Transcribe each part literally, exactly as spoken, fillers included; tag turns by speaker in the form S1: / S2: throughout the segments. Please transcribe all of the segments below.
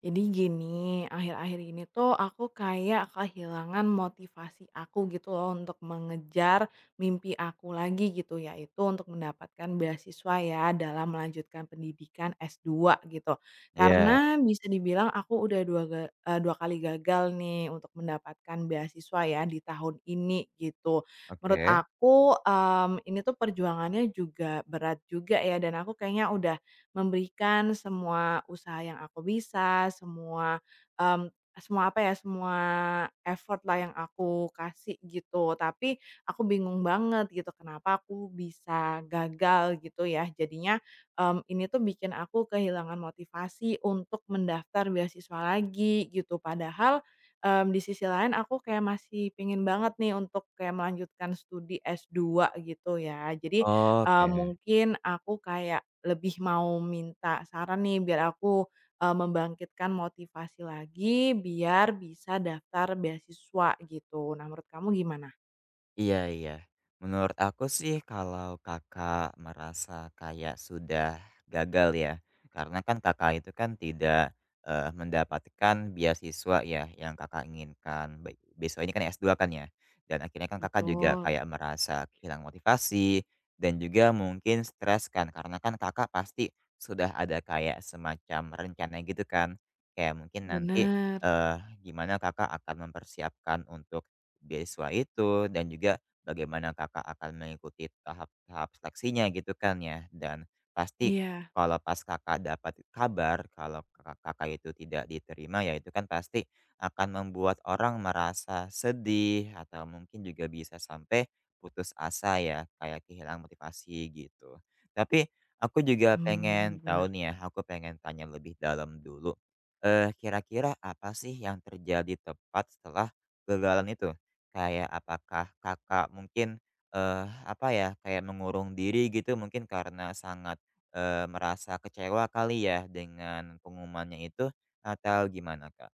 S1: Jadi gini, akhir-akhir ini tuh aku kayak kehilangan motivasi aku gitu loh untuk mengejar mimpi aku lagi gitu yaitu untuk mendapatkan beasiswa ya dalam melanjutkan pendidikan es dua gitu.
S2: Iya,
S1: Karena bisa dibilang aku udah dua, ga- eh, dua kali gagal nih untuk mendapatkan beasiswa ya di tahun ini gitu. Menurut
S2: oke.
S1: aku em, ini tuh perjuangannya juga berat juga ya dan aku kayaknya udah memberikan semua usaha yang aku bisa, semua, mmm, semua apa ya, semua effort-lah yang aku kasih gitu. Tapi aku bingung banget gitu kenapa aku bisa gagal gitu ya. Jadinya, mmm, ini tuh bikin aku kehilangan motivasi untuk mendaftar beasiswa lagi gitu. Padahal, mmm, di sisi lain aku kayak masih pingin banget nih untuk kayak melanjutkan studi es dua gitu ya. Jadi Eee,
S2: Oke.
S1: mungkin aku kayak lebih mau minta saran nih biar aku, eee, membangkitkan motivasi lagi biar bisa daftar beasiswa gitu. Nah menurut kamu gimana?
S2: Iya iya. Menurut aku sih kalau Kakak merasa kayak sudah gagal ya, karena kan Kakak itu kan tidak, eee, mendapatkan beasiswa ya yang Kakak inginkan, be beasiswa ini kan s dua kan ya, dan akhirnya kan Kakak juga
S1: Betul,
S2: kayak merasa kehilangan motivasi dan juga mungkin stres kan, karena kan Kakak pasti sudah ada kayak semacam rencana gitu kan. Kayak mungkin nanti,
S1: benar.
S2: eee, gimana Kakak akan mempersiapkan untuk beasiswa itu dan juga bagaimana Kakak akan mengikuti tahap-tahap seleksinya gitu kan ya. Dan pasti
S1: Iya.
S2: kalau pas Kakak dapat kabar kalau Kakak Kakak itu tidak diterima ya itu kan pasti akan membuat orang merasa sedih atau mungkin juga bisa sampai putus asa ya, kayak kehilangan motivasi gitu. Tapi aku juga
S1: Mmm. Benar
S2: pengen
S1: bener.
S2: tahu nih ya, aku pengen tanya lebih dalam dulu. Eee, kira-kira apa sih yang terjadi tepat setelah kegagalan itu? Kayak apakah Kakak mungkin, eee, apa ya, kayak mengurung diri gitu mungkin karena sangat, eee, merasa kecewa kali ya dengan pengumumannya itu atau gimana, Kak?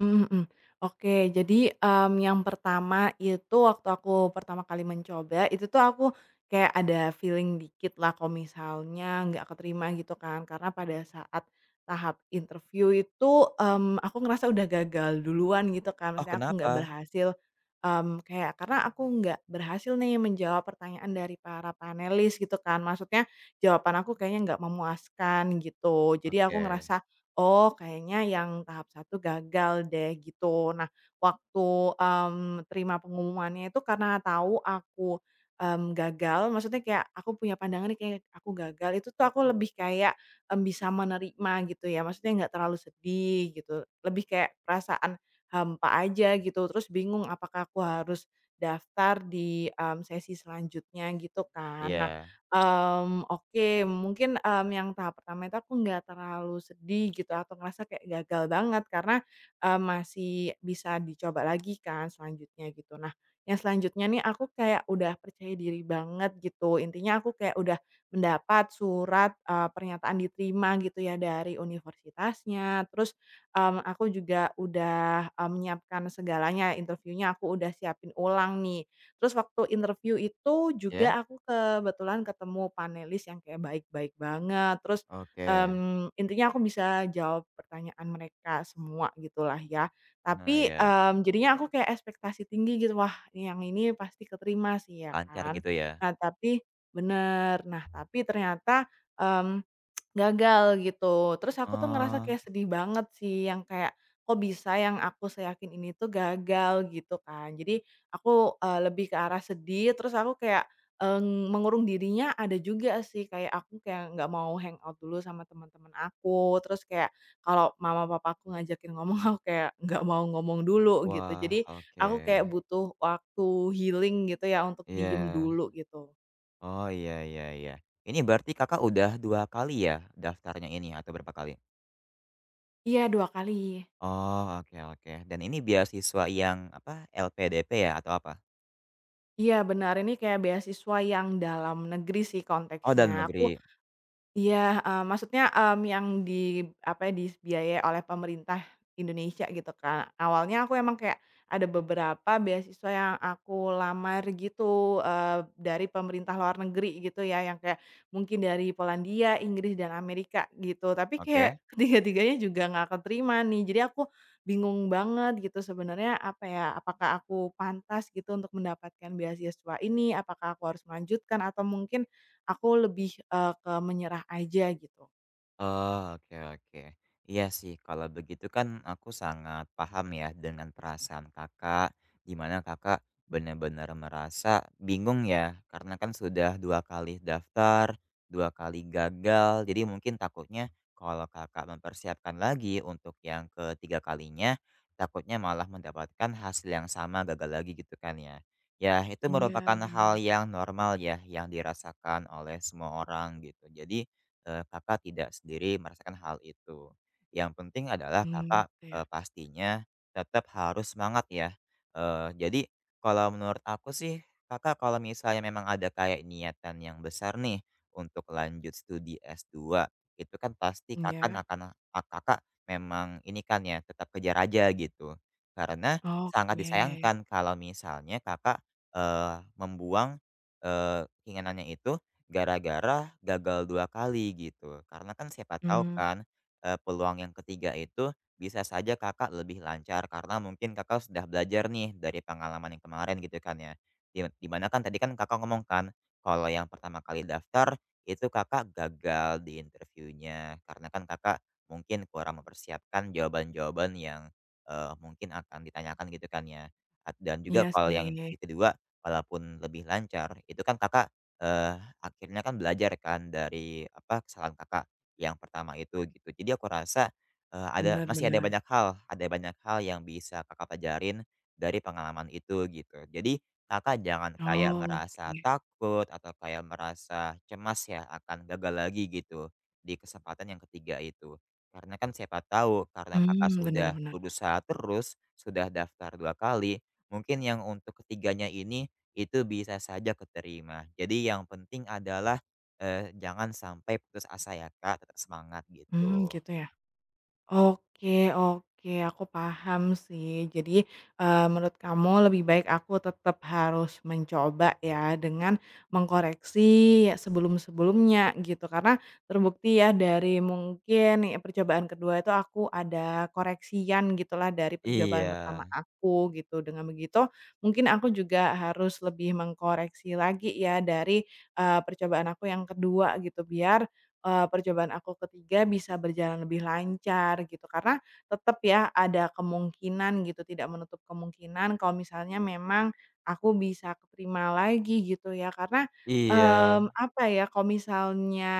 S1: Mhm mhm. Oke, jadi, mmm, yang pertama itu waktu aku pertama kali mencoba, itu tuh aku kayak ada feeling dikit lah kalau misalnya nggak keterima gitu kan. Karena pada saat tahap interview itu, mmm, aku ngerasa udah gagal duluan gitu kan,
S2: Oh
S1: maksudnya aku nggak
S2: kenapa?
S1: berhasil, mmm, kayak karena aku nggak berhasil nih menjawab pertanyaan dari para panelis gitu kan. Maksudnya jawaban aku kayaknya nggak memuaskan gitu. Jadi aku
S2: Oke,
S1: ngerasa, oh kayaknya yang tahap satu gagal deh gitu. Nah waktu, mmm, terima pengumumannya itu karena tahu aku, mmm, gagal maksudnya kayak aku punya pandangan nih kayak aku gagal itu tuh aku lebih kayak, mmm, bisa menerima gitu ya maksudnya nggak terlalu sedih gitu lebih kayak perasaan hampa aja gitu terus bingung apakah aku harus daftar di, mmm, sesi selanjutnya gitu kan. Nah
S2: iya.
S1: Mmm, oke, mungkin, mmm, yang tahap pertama itu aku nggak terlalu sedih gitu atau ngerasa kayak gagal banget karena, eee, masih bisa dicoba lagi kan selanjutnya gitu. Nah, yang selanjutnya nih aku kayak udah percaya diri banget gitu, intinya aku kayak udah mendapat surat, eee, pernyataan diterima gitu ya dari universitasnya, terus, mmm, aku juga udah, eee, menyiapkan segalanya, interviunya aku udah siapin ulang nih. Terus waktu interview itu
S2: Ya?
S1: juga aku kebetulan ketemu panelis yang kayak baik-baik banget, terus,
S2: Oke.
S1: mmm, intinya aku bisa jawab pertanyaan mereka semua gitulah ya.
S2: Nah
S1: Tapi,
S2: ya,
S1: mmm, jadinya aku kayak ekspektasi tinggi gitu, wah ini yang ini pasti keterima sih ya
S2: lancar
S1: kan.
S2: gitu ya?
S1: Nah tapi bener, nah tapi ternyata, mmm gagal gitu. Terus aku tuh ngerasa
S2: Oh,
S1: kayak sedih banget sih yang kayak, kok bisa yang aku seyakin ini tuh gagal gitu kan. Jadi aku, eee, lebih ke arah sedih terus aku kayak, eee, mengurung dirinya ada juga sih kayak aku kayak nggak mau hangout dulu sama teman-teman aku, terus kayak kalau mama papaku ngajakin ngomong aku kayak nggak mau ngomong dulu gitu.
S2: wah,
S1: Jadi
S2: oke.
S1: aku kayak butuh waktu healing gitu ya untuk diem
S2: Iya.
S1: dulu gitu.
S2: Oh, iya iya iya. Ini berarti Kakak udah dua kali ya daftarnya ini atau berapa kali?
S1: Iya dua kali.
S2: Oh, oke oke. Dan ini beasiswa yang, apa, L P D P ya atau apa?
S1: Iya benar, ini kayak beasiswa yang dalam negeri sih
S2: Oh, dalam
S1: konteksnya. Aku
S2: negeri.
S1: iya, eee, maksudnya, mmm, yang di apa ya, dibiayai oleh pemerintah Indonesia gitu, kan. Awalnya aku emang kayak ada beberapa beasiswa yang aku lamar gitu, eee, dari pemerintah luar negeri gitu ya, yang kayak mungkin dari Polandia, Inggris, dan Amerika gitu. Tapi
S2: Oke.
S1: kayak ketiga-tiganya juga nggak keterima nih. Jadi aku bingung banget gitu sebenarnya apa ya, apakah aku pantas gitu untuk mendapatkan beasiswa ini, apakah aku harus melanjutkan atau mungkin aku lebih, eee, ke menyerah aja gitu.
S2: Oh, oke oke. Iya sih, kalau begitu kan aku sangat paham ya dengan perasaan Kakak, di mana Kakak benar-benar merasa bingung ya, karena kan sudah dua kali daftar, dua kali gagal, jadi mungkin takutnya kalau Kakak mempersiapkan lagi untuk yang ketiga kalinya, takutnya malah mendapatkan hasil yang sama gagal lagi gitu kan ya. Ya, itu
S1: Iya,
S2: merupakan hal
S1: benar.
S2: yang normal ya, yang dirasakan oleh semua orang gitu. Jadi, eee, Kakak tidak sendiri merasakan hal itu. Yang penting adalah
S1: Hmm,
S2: Kakak,
S1: gitu ya.
S2: eee, pastinya tetap harus semangat ya. Eee, jadi kalau menurut aku sih, Kakak kalau misalnya memang ada kayak niatan yang besar nih untuk lanjut studi S dua, itu kan pasti Kakak
S1: Iya.
S2: akan a Kakak memang ini kan ya, tetap kejar aja gitu. Karena sangat
S1: Oke.
S2: disayangkan kalau misalnya Kakak, eee, membuang, eee, keinginannya itu gara-gara gagal dua kali gitu. Karena kan siapa tahu
S1: Hmm,
S2: kan, eee, peluang yang ketiga itu bisa saja Kakak lebih lancar karena mungkin Kakak sudah belajar nih dari pengalaman yang kemarin gitu kan ya. Di di mana kan tadi kan Kakak ngomong kan, kalau yang pertama kali daftar itu Kakak gagal di interviewnya karena kan Kakak mungkin kurang mempersiapkan jawaban-jawaban yang, eee, mungkin akan ditanyakan gitu kan ya. At dan juga
S1: iya
S2: kalau yang
S1: sih.
S2: interview kedua walaupun lebih lancar itu kan Kakak, akhirnya kan belajar kan dari apa kesalahan Kakak yang pertama itu gitu. Jadi aku rasa, eee, ada
S1: Benar
S2: masih ada
S1: bener.
S2: banyak hal ada banyak hal yang bisa Kakak pelajarin dari pengalaman itu gitu. Jadi Kakak jangan kayak merasa
S1: Oke.
S2: takut atau kayak merasa cemas ya akan gagal lagi gitu di kesempatan yang ketiga itu. Karena kan siapa tahu karena Kakak
S1: Hmm,
S2: sudah
S1: benar benar.
S2: berusaha terus, sudah daftar dua kali, mungkin yang untuk ketiganya ini itu bisa saja keterima. Jadi yang penting adalah, eee, jangan sampai putus asa ya Kak, tetap semangat
S1: Hmm,
S2: gitu.
S1: gitu ya. Oke oke, aku paham sih. Jadi, eee, menurut kamu lebih baik aku tetap harus mencoba ya, dengan mengkoreksi ya sebelum-sebelumnya gitu. Karena terbukti ya dari mungkin ya percobaan kedua itu aku ada koreksian gitulah dari percobaan
S2: Iya,
S1: pertama aku gitu. Dengan begitu mungkin aku juga harus lebih mengkoreksi lagi ya dari, eee, percobaan aku yang kedua gitu, biar eee, percobaan aku ketiga bisa berjalan lebih lancar gitu. Karena tetap ya ada kemungkinan gitu, tidak menutup kemungkinan kalau misalnya memang aku bisa keterima lagi gitu ya. Karena,
S2: iya,
S1: mmm, apa ya, kalau misalnya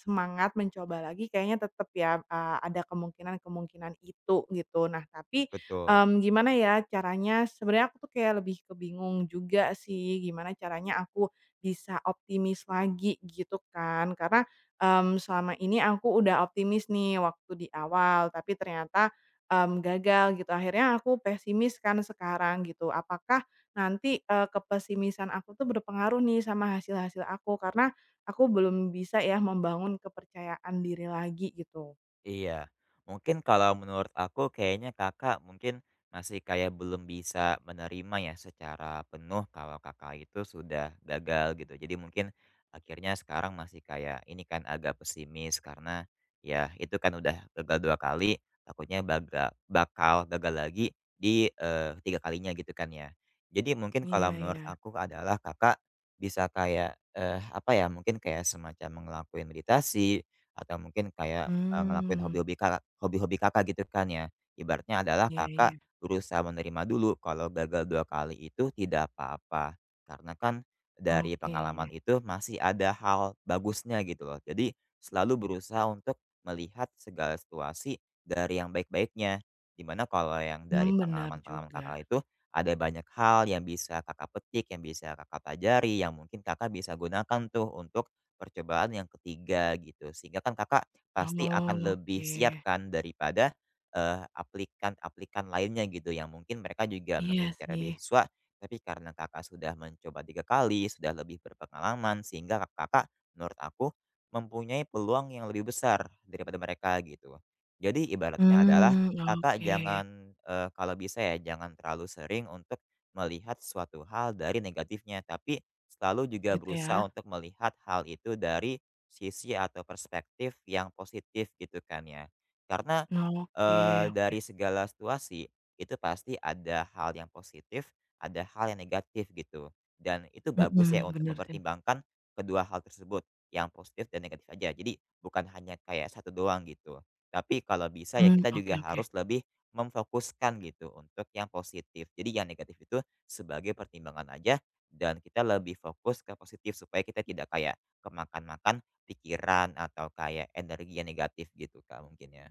S1: semangat mencoba lagi kayaknya tetap ya, eee, ada kemungkinan-kemungkinan itu gitu. Nah tapi,
S2: betul.
S1: mmm, gimana ya caranya sebenarnya aku tuh kayak lebih kebingung juga sih, gimana caranya aku bisa optimis lagi gitu kan. Karena Mmm, selama ini aku udah optimis nih waktu di awal, tapi ternyata, mmm, gagal gitu. Akhirnya aku pesimis kan sekarang gitu. Apakah nanti, eee, kepesimisan aku tuh berpengaruh nih sama hasil-hasil aku? Karena aku belum bisa ya membangun kepercayaan diri lagi gitu.
S2: Iya. Mungkin kalau menurut aku kayaknya Kakak mungkin masih kayak belum bisa menerima ya secara penuh kalau Kakak itu sudah gagal gitu. Jadi mungkin akhirnya sekarang masih kayak ini kan agak pesimis karena ya itu kan udah gagal dua kali, takutnya baga bakal gagal lagi di, eee, tiga kalinya gitu kan ya. Jadi mungkin
S1: Iya
S2: kalau menurut
S1: ya,
S2: aku adalah Kakak bisa kayak, eee, apa ya, mungkin kayak semacam ngelakuin meditasi atau mungkin kayak, eee, ngelakuin
S1: hmm,
S2: hobi-hobi Kakak hobi-hobi Kakak gitu kan ya. Ibaratnya adalah
S1: iya iya.
S2: Kakak berusaha menerima dulu kalau gagal dua kali itu tidak apa-apa, karena kan dari
S1: Oke.
S2: pengalaman itu masih ada hal bagusnya gitu loh. Jadi selalu berusaha untuk melihat segala situasi dari yang baik-baiknya, dimana kalau yang
S1: Hmm,
S2: dari
S1: benar
S2: pengalaman-pengalaman
S1: juga.
S2: Kakak itu ada banyak hal yang bisa Kakak petik, yang bisa Kakak pelajari, yang mungkin Kakak bisa gunakan tuh untuk percobaan yang ketiga gitu. Sehingga kan Kakak pasti akan
S1: Oh,
S2: lebih siap
S1: oke.
S2: kan daripada, eee, aplikan-aplikan lainnya gitu yang mungkin mereka juga
S1: Iya
S2: mengincar
S1: sih.
S2: beasiswa, tapi karena Kakak sudah mencoba tiga kali, sudah lebih berpengalaman sehingga kak- Kakak menurut aku mempunyai peluang yang lebih besar daripada mereka gitu. Jadi ibaratnya adalah
S1: Hmm,
S2: Kakak
S1: oke.
S2: jangan, eee, kalau bisa ya jangan terlalu sering untuk melihat suatu hal dari negatifnya, tapi selalu juga
S1: Gitu ya?
S2: berusaha untuk melihat hal itu dari sisi atau perspektif yang positif gitu kan ya. Karena,
S1: Oke.
S2: eee, dari segala situasi itu pasti ada hal yang positif, ada hal yang negatif gitu, dan itu bagus ya
S1: Mhm,
S2: untuk
S1: bener sih.
S2: mempertimbangkan kedua hal tersebut, yang positif dan negatif aja. Jadi bukan hanya kayak satu doang gitu. Tapi kalau bisa ya
S1: Mmm,
S2: kita
S1: oke
S2: juga
S1: oke.
S2: harus lebih memfokuskan gitu untuk yang positif. Jadi yang negatif itu sebagai pertimbangan aja dan kita lebih fokus ke positif supaya kita tidak kayak kemakan-makan pikiran atau kayak energi yang negatif gitu, Kak, mungkin ya.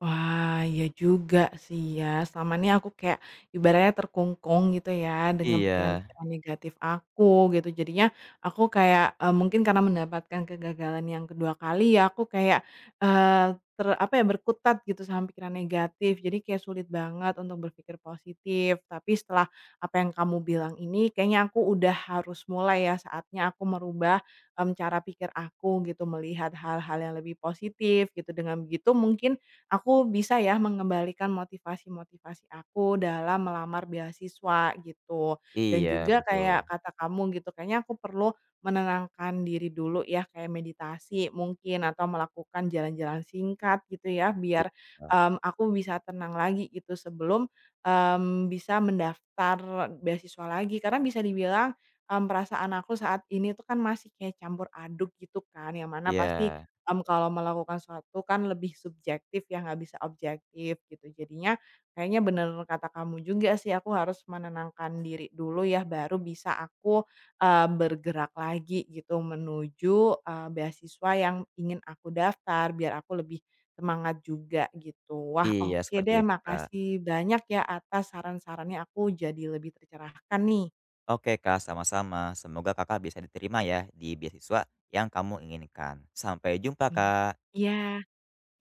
S1: Wah, iya juga sih ya. Selama ini aku kayak ibaratnya terkungkung gitu ya dengan
S2: Iya
S1: pikiran-pikiran negatif aku gitu. Jadinya aku kayak, eee, mungkin karena mendapatkan kegagalan yang kedua kali ya aku kayak, eee, ter apa ya, berkutat gitu sama pikiran negatif. Jadi kayak sulit banget untuk berpikir positif. Tapi setelah apa yang kamu bilang ini kayaknya aku udah harus mulai ya saatnya aku merubah, mmm, cara pikir aku gitu, melihat hal-hal yang lebih positif gitu. Dengan begitu mungkin aku bisa ya mengembalikan motivasi-motivasi aku dalam melamar beasiswa gitu. Dan
S2: iya,
S1: juga
S2: betul.
S1: kayak kata kamu gitu, kayaknya aku perlu menenangkan diri dulu ya, kayak meditasi mungkin atau melakukan jalan-jalan singkat gitu ya, biar,
S2: Iya
S1: mmm, aku bisa tenang lagi gitu sebelum, mmm, bisa mendaftar beasiswa lagi. Karena bisa dibilang, mmm, perasaan aku saat ini tuh kan masih kayak campur aduk gitu kan, yang mana pasti
S2: iya
S1: mmm, kalau melakukan sesuatu kan lebih subjektif ya, nggak bisa objektif gitu. Jadinya kayaknya bener kata kamu juga sih, aku harus menenangkan diri dulu ya, baru bisa aku, eee, bergerak lagi gitu menuju, eee, beasiswa yang ingin aku daftar, biar aku lebih semangat juga gitu. Wah,
S2: iya,
S1: oke
S2: seperti
S1: deh,
S2: itu, Kak.
S1: makasih banyak ya atas saran-sarannya, aku jadi lebih tercerahkan nih.
S2: Oke, Kak, sama-sama. Semoga Kakak bisa diterima ya di beasiswa yang kamu inginkan. Sampai jumpa,
S1: Mmm.
S2: Kak.
S1: Iya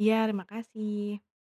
S1: iya, terima kasih.